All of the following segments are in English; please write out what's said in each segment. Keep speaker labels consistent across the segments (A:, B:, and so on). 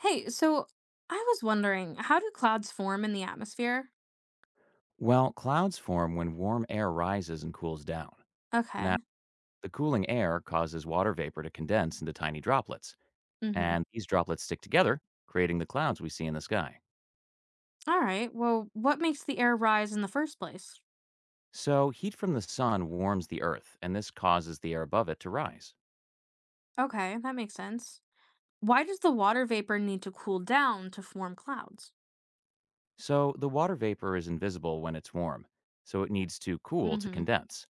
A: Hey, so I was wondering, how do clouds form in the atmosphere?
B: Well, clouds form when warm air rises and cools down. Now,
A: Okay.
B: the cooling air causes water vapor to condense into tiny droplets,
A: Mm-hmm.
B: and these droplets stick together, creating the clouds we see in the sky.
A: All right. Well, what makes the air rise in the first place?
B: So, heat from the sun warms the earth, and this causes the air above it to rise.
A: Okay, that makes sense. Why does the water vapor need to cool down to form clouds?
B: So, the water vapor is invisible when it's warm, so it needs to cool to
A: Mm-hmm.
B: condense.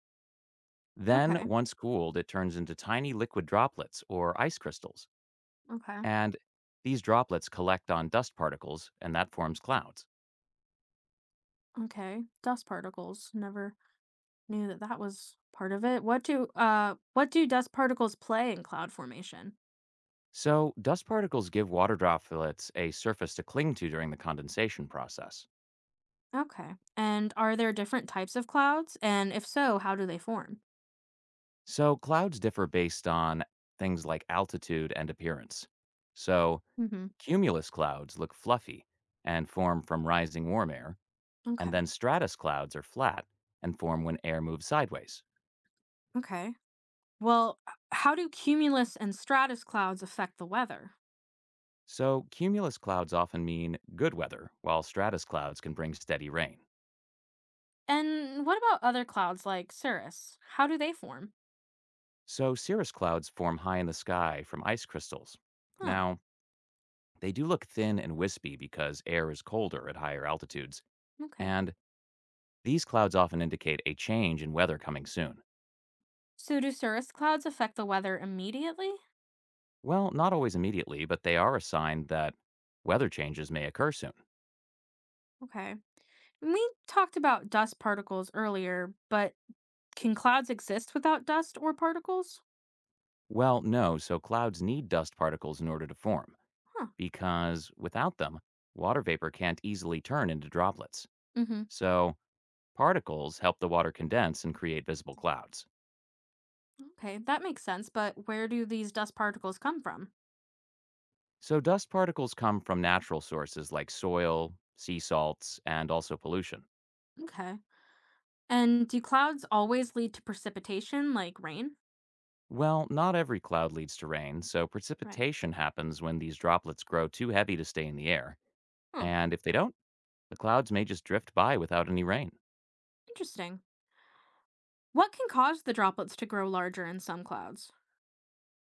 B: Then,
A: Okay.
B: once cooled, it turns into tiny liquid droplets or ice crystals,
A: Okay.
B: and these droplets collect on dust particles, and that forms clouds.
A: Okay. Dust particles. Never knew that was part of it. What do dust particles play in cloud formation?
B: So, dust particles give water droplets a surface to cling to during the condensation process.
A: Okay. And are there different types of clouds? And if so, how do they form?
B: So, clouds differ based on things like altitude and appearance. So,
A: Mm-hmm.
B: cumulus clouds look fluffy and form from rising warm air, and
A: Okay.
B: then stratus clouds are flat and form when air moves sideways.
A: Okay. Well, how do cumulus and stratus clouds affect the weather?
B: So, cumulus clouds often mean good weather, while stratus clouds can bring steady rain.
A: And what about other clouds like cirrus? How do they form?
B: So, cirrus clouds form high in the sky from ice crystals.
A: Oh,
B: Now, they do look thin and wispy because air is colder at higher altitudes,
A: okay.
B: and these clouds often indicate a change in weather coming soon.
A: So do cirrus clouds affect the weather immediately?
B: Well, not always immediately, but they are a sign that weather changes may occur soon.
A: Okay. We talked about dust particles earlier, but can clouds exist without dust or particles?
B: Well, no, so clouds need dust particles in order to form,
A: Huh.
B: because without them, water vapor can't easily turn into droplets.
A: Mm-hmm.
B: So, particles help the water condense and create visible clouds.
A: Okay, that makes sense, but where do these dust particles come from?
B: So, dust particles come from natural sources like soil, sea salts, and also pollution.
A: Okay. And do clouds always lead to precipitation like rain?
B: Well, not every cloud leads to rain, so
A: Right.
B: precipitation happens when these droplets grow too heavy to stay in the air.
A: Huh.
B: And if they don't, the clouds may just drift by without any rain.
A: Interesting. What can cause the droplets to grow larger in some clouds?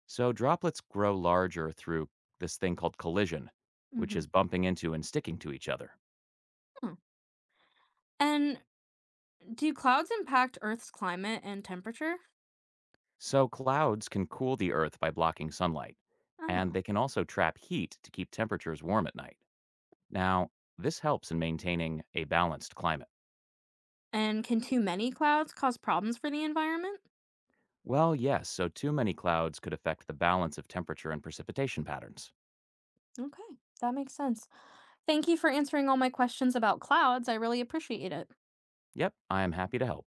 B: So droplets grow larger through this thing called collision, which
A: Hmm.
B: is bumping into and sticking to each other.
A: Hmm. And do clouds impact Earth's climate and temperature?
B: So clouds can cool the earth by blocking sunlight, and
A: Oh.
B: they can also trap heat to keep temperatures warm at night. Now, this helps in maintaining a balanced climate.
A: And can too many clouds cause problems for the environment?
B: Well, yes, so too many clouds could affect the balance of temperature and precipitation patterns.
A: Okay, that makes sense. Thank you for answering all my questions about clouds. I really appreciate it.
B: Yep, I am happy to help.